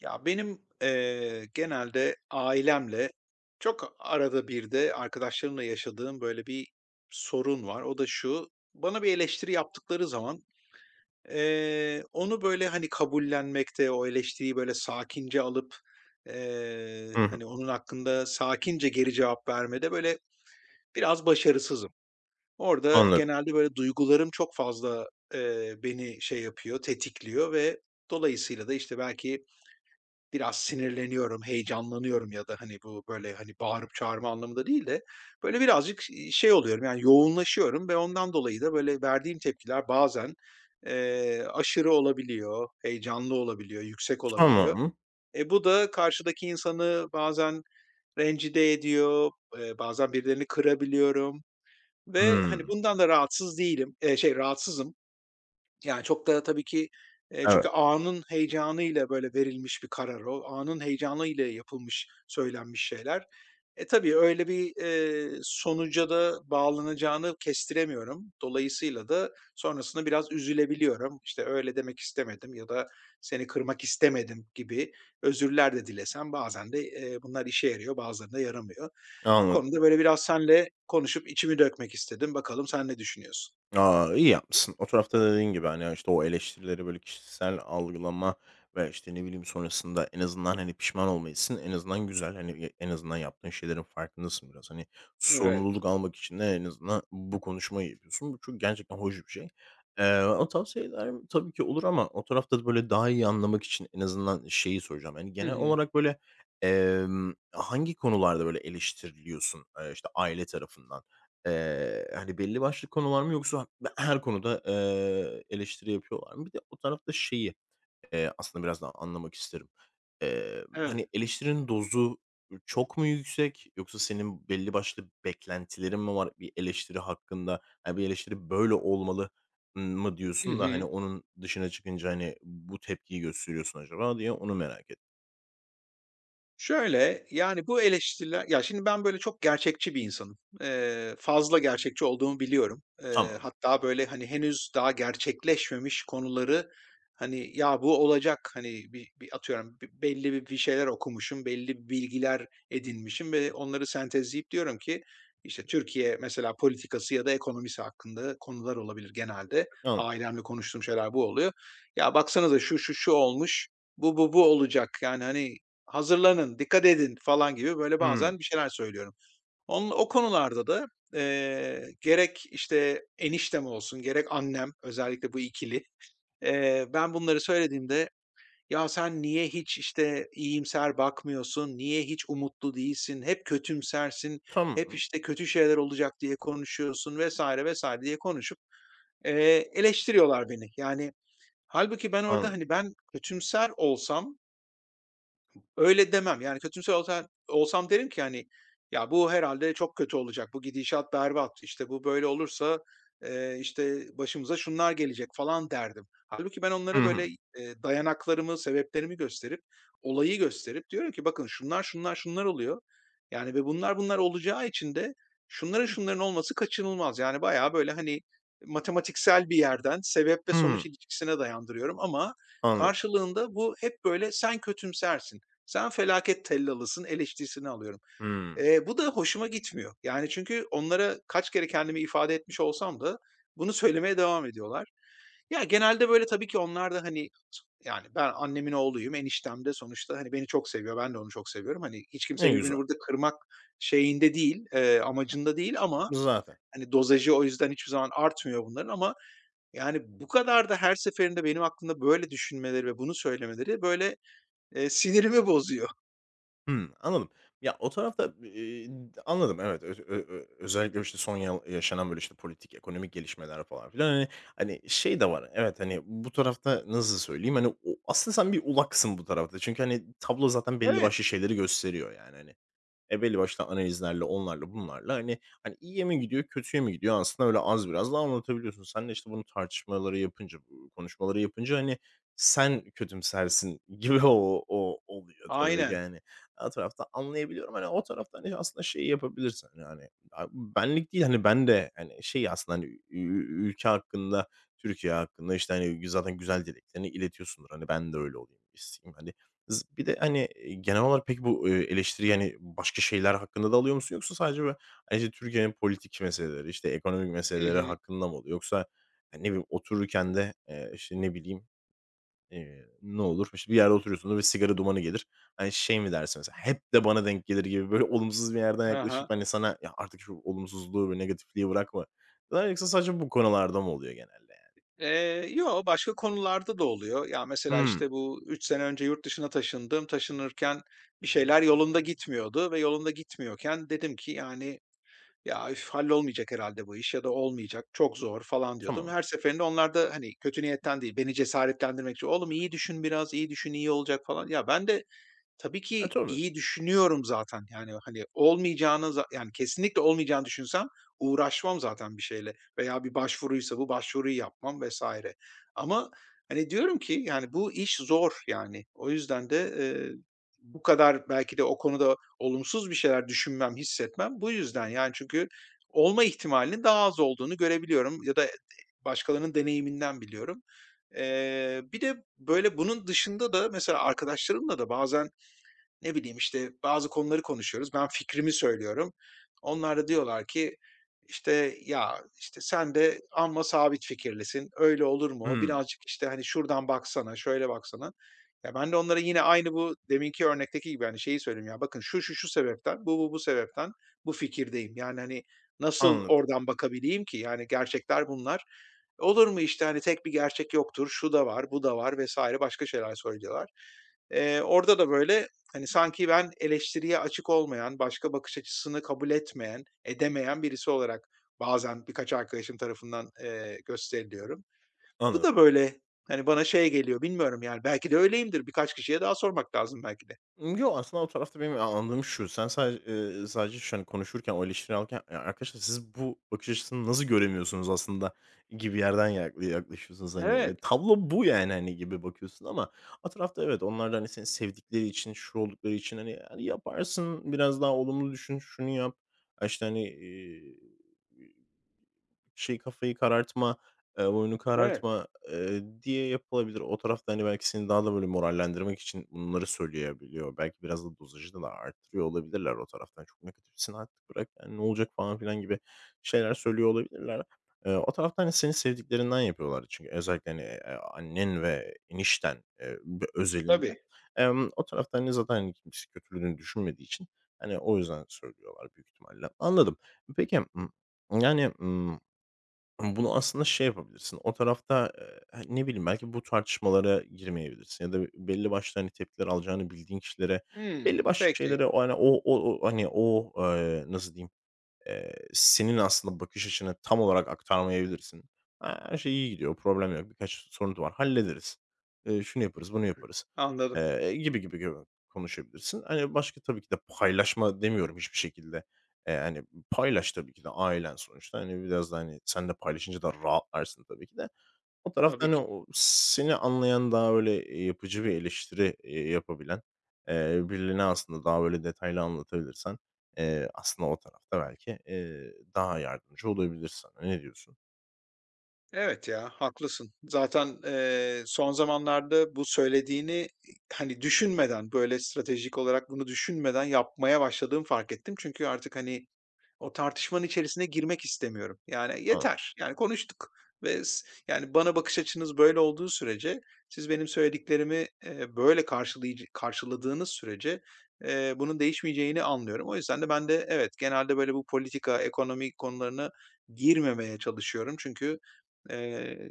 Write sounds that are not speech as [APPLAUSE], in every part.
Ya, benim, genelde ailemle çok arada bir de arkadaşlarımla yaşadığım böyle bir sorun var. O da şu: Bana bir eleştiri yaptıkları zaman, onu böyle, hani, kabullenmekte, o eleştiriyi böyle sakince alıp, Hı hı. hani, onun hakkında sakince geri cevap vermede böyle biraz başarısızım. Orada Anladım. genelde böyle duygularım çok fazla, beni şey yapıyor, tetikliyor ve dolayısıyla da, işte, belki biraz sinirleniyorum, heyecanlanıyorum ya da, hani, bu, böyle, hani, bağırıp çağırma anlamında değil de, böyle, birazcık, şey oluyorum, yani, yoğunlaşıyorum ve ondan dolayı da, böyle, verdiğim tepkiler bazen, aşırı olabiliyor, heyecanlı olabiliyor, yüksek olabiliyor. Tamam. E, bu da karşıdaki insanı bazen rencide ediyor, bazen birilerini kırabiliyorum ve, hani, Hımm. bundan da rahatsız değilim, şey, rahatsızım. Yani, çok da tabii ki, çünkü Evet, anın heyecanıyla, böyle, verilmiş bir karar o. Anın heyecanıyla yapılmış, söylenmiş şeyler. E, tabii öyle bir, sonuca da bağlanacağını kestiremiyorum. Dolayısıyla da sonrasında biraz üzülebiliyorum. İşte, "Öyle demek istemedim." ya da "Seni kırmak istemedim." gibi özürler de dilesem bazen de, bunlar işe yarıyor, bazılarında yaramıyor. Bu anladım. konuda, böyle, biraz senle konuşup içimi dökmek istedim. Bakalım sen ne düşünüyorsun? A! İyi yapmışsın. O tarafta da dediğin gibi, hani, işte, o eleştirileri böyle kişisel algılama ve, işte, ne bileyim, sonrasında en azından, hani, pişman olma en azından güzel. Hani, en azından yaptığın şeylerin farkındasın biraz. Hani, Evet. sorumluluk almak için de en azından bu konuşmayı yapıyorsun. Bu çok gerçekten hoş bir şey. O tavsiyeler tabii ki olur ama o tarafta da böyle daha iyi anlamak için en azından şeyi soracağım. Hani, Hı genel hı. olarak böyle, hangi konularda böyle eleştiriliyorsun, işte, aile tarafından? Hani, belli başlı konular mı yoksa [CLEARS THROAT] her konuda, eleştiri yapıyorlar mı? Bir de o tarafta şeyi, aslında biraz daha anlamak isterim. Evet. Hani, eleştirinin dozu çok mu yüksek yoksa senin belli başlı beklentilerin mi var bir eleştiri hakkında? "Ya, bir eleştiri böyle olmalı." mı Hı diyorsun da, hani, hı. onun dışına çıkınca, hani, bu tepkiyi gösteriyorsun acaba diye onu merak ettim. Şöyle, yani, bu eleştiriler ya, şimdi ben böyle çok gerçekçi bir insanım. Fazla gerçekçi olduğumu biliyorum. Tamam, Hatta böyle, hani, henüz daha gerçekleşmemiş konuları, hani, ya, bu olacak, hani, bir atıyorum belli bir şeyler okumuşum, belli bir bilgiler edinmişim ve onları sentezleyip diyorum ki, işte, Türkiye mesela politikası ya da ekonomisi hakkında konular olabilir genelde. anladım. Ailemle konuştuğum şeyler bu oluyor. Ya, baksanıza şu olmuş, bu olacak. Yani, hani, "Hazırlanın, dikkat edin." falan gibi böyle Hımm, bazen bir şeyler söylüyorum. Onun o konularda da, gerek, işte, eniştem olsun, gerek annem, özellikle bu ikili, ben bunları söylediğimde, "Ya, sen niye hiç, işte, iyimser bakmıyorsun, niye hiç umutlu değilsin, hep kötümsersin, hep, tamam, işte, kötü şeyler olacak diye konuşuyorsun." vesaire vesaire diye konuşup, eleştiriyorlar beni. Yani halbuki ben orada, anladım. hani, ben kötümser olsam öyle demem. Yani kötümser olsam derim ki, hani, "Ya, bu herhalde çok kötü olacak. Bu gidişat berbat. İşte, bu böyle olursa, işte, başımıza şunlar gelecek." falan derdim. Halbuki ben onlara Hı böyle, hı. Dayanaklarımı, sebeplerimi gösterip, olayı gösterip diyorum ki, "Bakın şunlar oluyor. Yani ve bunlar olacağı için de şunların olması kaçınılmaz." Yani bayağı böyle, hani, matematiksel bir yerden sebep ve Hı sonuç ilişkisine dayandırıyorum ama Anladım. karşılığında bu hep böyle sen kötümsersin. Sen felaket tellalısın eleştirisini alıyorum. Hımm, Bu da hoşuma gitmiyor. Yani çünkü onlara kaç kere kendimi ifade etmiş olsam da bunu söylemeye devam ediyorlar. Ya, genelde böyle tabii ki onlar da, hani, yani ben annemin oğluyum, eniştem de sonuçta, hani, beni çok seviyor, ben de onu çok seviyorum. Hani, hiç kimse ne birbirini güzel. burada kırmak şeyinde değil, amacında değil ama, Zaten. hani, dozajı o yüzden hiçbir zaman artmıyor bunların ama, yani, bu kadar da her seferinde benim aklımda böyle düşünmeleri ve bunu söylemeleri, böyle, sinirimi bozuyor. Hımm, anladım. Ya, o tarafta, anladım, evet. Öz ö ö Özellikle, işte, son yaşanan, böyle, işte, politik, ekonomik gelişmeler falan filan, hani, şey de var, evet, hani, bu tarafta nasıl söyleyeyim, hani, o aslında sen bir ulaksın bu tarafta. Çünkü, hani, tablo zaten belli Evet, başlı şeyleri gösteriyor, yani, hani. E, belli başlı analizlerle, onlarla, bunlarla, hani, iyiye mi gidiyor, kötüye mi gidiyor? Aslında öyle az biraz da anlatabiliyorsun. Sen de, işte, bunu tartışmaları yapınca, bu konuşmaları yapınca, hani, sen kötümsersin gibi [LAUGHS] o o oluyor tabii ki, aynen. hani. O tarafta anlayabiliyorum. Hani, o tarafta, hani, aslında şeyi yapabilirsin, yani benlik değil, hani, ben de, hani, şey aslında, hani, ü ü ülke hakkında, Türkiye hakkında, işte, hani, zaten güzel dileklerini iletiyorsundur. Hani, ben de öyle olayım isteyeyim, hani. Bir de, hani, e, genel olarak peki bu, eleştiriyi, hani, başka şeyler hakkında da alıyor musun yoksa sadece böyle, hani, işte, Türkiye'nin politik meseleleri, işte, ekonomik Hı meseleleri hı. hakkında mı oluyor? Yoksa, hani, ne bileyim, otururken de, işte, ne bileyim, ne olur? İşte, bir yerde oturuyorsundur ve sigara dumanı gelir. Hani, şey mi dersin mesela, "Hep de bana denk gelir." gibi böyle [LAUGHS] olumsuz bir yerden Aha. Hı. yaklaşıp, hani, sana, "Ya, artık şu olumsuzluğu ve negatifliği bırakma." der yoksa sadece bu konularda mı oluyor genelde yani? Yo, başka konularda da oluyor. Ya, mesela, Hımm. işte, bu 3 sene önce yurt dışına taşındım. Taşınırken bir şeyler yolunda gitmiyordu ve yolunda gitmiyorken dedim ki, yani, "Ya, üf, hallolmayacak herhalde bu iş ya da olmayacak, çok zor." falan diyordum. Tamam. Her seferinde onlar da, hani, kötü niyetten değil, beni cesaretlendirmek için, "Oğlum iyi düşün biraz, iyi düşün, iyi olacak." falan. Ya, ben de tabii E, ki tabii. iyi düşünüyorum zaten. Yani, hani, olmayacağını yani, kesinlikle olmayacağını düşünsem uğraşmam zaten bir şeyle veya bir başvuruysa bu başvuruyu yapmam vesaire. Ama, hani, diyorum ki, yani, bu iş zor, yani. O yüzden de, bu kadar belki de o konuda olumsuz bir şeyler düşünmem, hissetmem bu yüzden. Yani, çünkü olma ihtimalinin daha az olduğunu görebiliyorum ya da başkalarının deneyiminden biliyorum. Bir de, böyle, bunun dışında da mesela arkadaşlarımla da bazen ne bileyim işte bazı konuları konuşuyoruz. Ben fikrimi söylüyorum. Onlar da diyorlar ki işte ya işte sen de amma sabit fikirlisin. Öyle olur mu? Hımm. Birazcık işte hani şuradan baksana, şöyle baksana. Ya ben de onlara yine aynı bu deminki örnekteki gibi hani şeyi söyleyeyim ya bakın şu şu şu sebepten, bu bu bu sebepten bu fikirdeyim. Yani hani nasıl Anladım, oradan bakabileyim ki? Yani gerçekler bunlar. Olur mu işte, hani, tek bir gerçek yoktur, şu da var, bu da var vesaire başka şeyler söylüyorlar. Orada da, böyle, hani, sanki ben eleştiriye açık olmayan, başka bakış açısını kabul etmeyen, edemeyen birisi olarak bazen birkaç arkadaşım tarafından, gösteriliyorum. Bu anladım. da, böyle, hani, bana şey geliyor, bilmiyorum, yani, belki de öyleyimdir. Birkaç kişiye daha sormak lazım belki de. Yok aslında o tarafta benim anladığım şu, sen sadece, sadece şu, an konuşurken, o eleştiriyi alırken, "Ya, arkadaşlar siz bu bakış açısını nasıl göremiyorsunuz aslında?" gibi yerden yaklaşıyorsunuz. Hani, Evet, tablo bu yani, hani, gibi bakıyorsun ama o tarafta evet, onlar da, hani, seni sevdikleri için, şu oldukları için, hani, yaparsın, biraz daha olumlu düşün, şunu yap, işte, hani, şeyi, kafayı karartma, "Oyunu evet. karartma." Diye yapılabilir. O tarafta, hani, belki seni daha da böyle morallendirmek için bunları söyleyebiliyor. Belki biraz da dozajı da arttırıyor olabilirler o taraftan. "Çok negatifsin artık bırak, yani, ne olacak?" falan filan gibi şeyler söylüyor olabilirler. O tarafta, hani, seni sevdiklerinden yapıyorlardı çünkü özellikle, hani, annen ve enişten, özelinde. Tabii. O tarafta, hani, zaten, hani, kimse kötülüğünü düşünmediği için, hani, o yüzden söylüyorlar büyük ihtimalle. Anladım. Peki, yani, ama bunu aslında şey yapabilirsin, o tarafta, hani, ne bileyim, belki bu tartışmalara girmeyebilirsin ya da belli başlı, hani, tepkiler alacağını bildiğin kişilere Hımm, belli başlı peki. şeylere hani, hani, o, nasıl diyeyim senin aslında bakış açını tam olarak aktarmayabilirsin. "Ha, her şey iyi gidiyor, problem yok, birkaç sorun var, hallederiz. Şunu yaparız, bunu yaparız." Anladım. Gibi konuşabilirsin. Hani, başka tabii ki de paylaşma demiyorum hiçbir şekilde. Hani, paylaş tabii ki de ailen sonuçta. Hani, biraz da, hani, sen de paylaşınca da rahatlarsın tabii ki de. O tarafta, Tabii hani, ki. o seni anlayan, daha, böyle, yapıcı bir eleştiri, yapabilen, birilerine aslında daha, böyle, detaylı anlatabilirsen, aslında o tarafta belki, daha yardımcı olabilir. Ne diyorsun? Evet ya, haklısın. Zaten, son zamanlarda bu söylediğini, hani, düşünmeden, böyle, stratejik olarak bunu düşünmeden yapmaya başladığımı fark ettim. Çünkü artık, hani, o tartışmanın içerisine girmek istemiyorum. Yani A. yeter. Yani konuştuk ve yani bana bakış açınız böyle olduğu sürece, siz benim söylediklerimi, böyle karşıladığınız sürece, bunun değişmeyeceğini anlıyorum. O yüzden de ben de evet, genelde böyle bu politika, ekonomi konularına girmemeye çalışıyorum. Çünkü, eee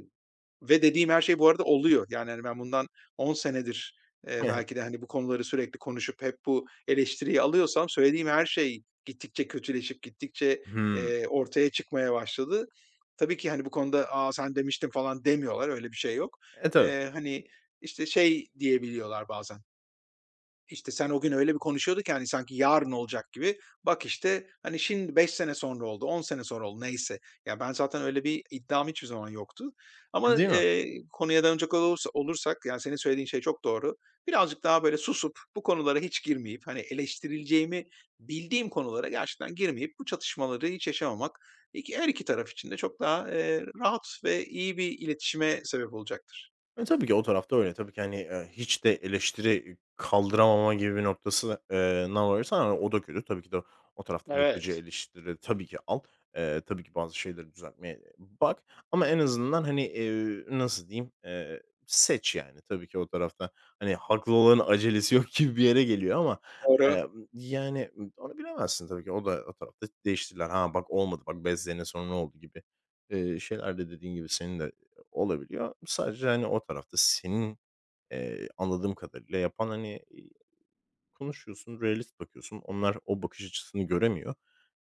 ve dediğim her şey bu arada oluyor. Yani, hani, ben bundan 10 senedir, belki de, [LAUGHS] hani, bu konuları sürekli konuşup hep bu eleştiriyi alıyorsam söylediğim her şey gittikçe kötüleşip gittikçe, Hımm. Ortaya çıkmaya başladı. Tabii ki, hani, bu konuda, "A, sen demiştin." falan demiyorlar. Öyle bir şey yok. E, tabii. Hani, işte, şey diyebiliyorlar bazen. İşte, sen o gün öyle bir konuşuyorduk ki, hani, sanki yarın olacak gibi. Bak, işte, hani, şimdi 5 sene sonra oldu, 10 sene sonra oldu, neyse. Ya, ben zaten öyle bir iddiam hiçbir zaman yoktu. Ama, E, değil mi? Konuya dönecek olursak, yani, senin söylediğin şey çok doğru. Birazcık daha böyle susup, bu konulara hiç girmeyip, hani, eleştirileceğimi bildiğim konulara gerçekten girmeyip bu çatışmaları hiç yaşamamak her iki taraf için de çok daha, rahat ve iyi bir iletişime sebep olacaktır. E, tabii ki o tarafta öyle. Tabii ki, hani, hiç de eleştiri kaldıramama gibi bir noktası varırsan, hani, o da kötü. Tabii ki de o tarafta yapıcı Evet. eleştirileri tabii ki al. Tabii ki bazı şeyleri düzeltmeye bak ama en azından, hani, nasıl diyeyim, seç yani. Tabii ki o tarafta, hani, haklı olanın acelesi yok gibi bir yere geliyor ama, Doğru. Yani, onu bilemezsin tabii ki. O da o tarafta değiştirirler. Ha, bak olmadı, bak bezlerine sonra ne oldu gibi, şeyler de dediğin gibi senin de olabiliyor. Sadece, hani, o tarafta senin, anladığım kadarıyla yapan, hani, iii, konuşuyorsun, realist bakıyorsun. Onlar o bakış açısını göremiyor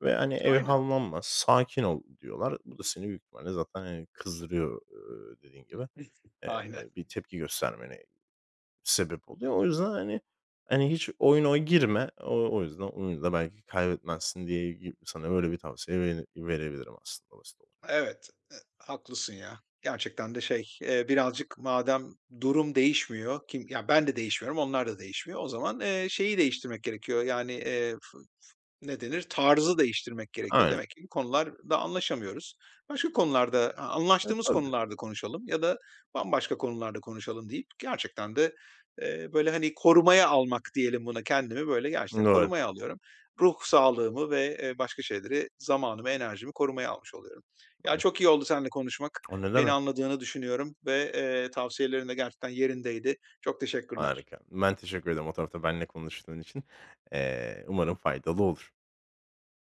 ve, hani, Aynen, "Evhamlanma, sakin ol." diyorlar. Bu da seni büyük ihtimalle zaten, hani, kızdırıyor, dediğin gibi. Eee, aynen. bir tepki göstermene sebep oluyor. O yüzden, hani, hani, hiç oyuna o girme. O yüzden oyunu da belki kaybetmezsin diye sana böyle bir tavsiye verebilirim aslında basit olarak. Evet, e haklısın ya. Gerçekten de şey, birazcık madem durum değişmiyor, ya ben de değişmiyorum, onlar da değişmiyor. O zaman, şeyi değiştirmek gerekiyor yani, f ne denir? Tarzı değiştirmek gerekiyor. Aynen. Demek ki bu konularda anlaşamıyoruz. Başka konularda, E, anlaştığımız tabii. konularda konuşalım ya da bambaşka konularda konuşalım deyip gerçekten de, böyle, hani, korumaya almak diyelim buna. Kendimi böyle gerçekten Doğru. korumaya alıyorum. Ruh sağlığımı ve, başka şeyleri, zamanımı, enerjimi korumaya almış oluyorum. Ya, çok iyi oldu seninle konuşmak. O ne Beni demek. anladığını düşünüyorum ve, tavsiyelerin de gerçekten yerindeydi. Çok teşekkürler. Harika. Ben teşekkür ederim o tarafta benimle konuştuğun için. Umarım faydalı olur.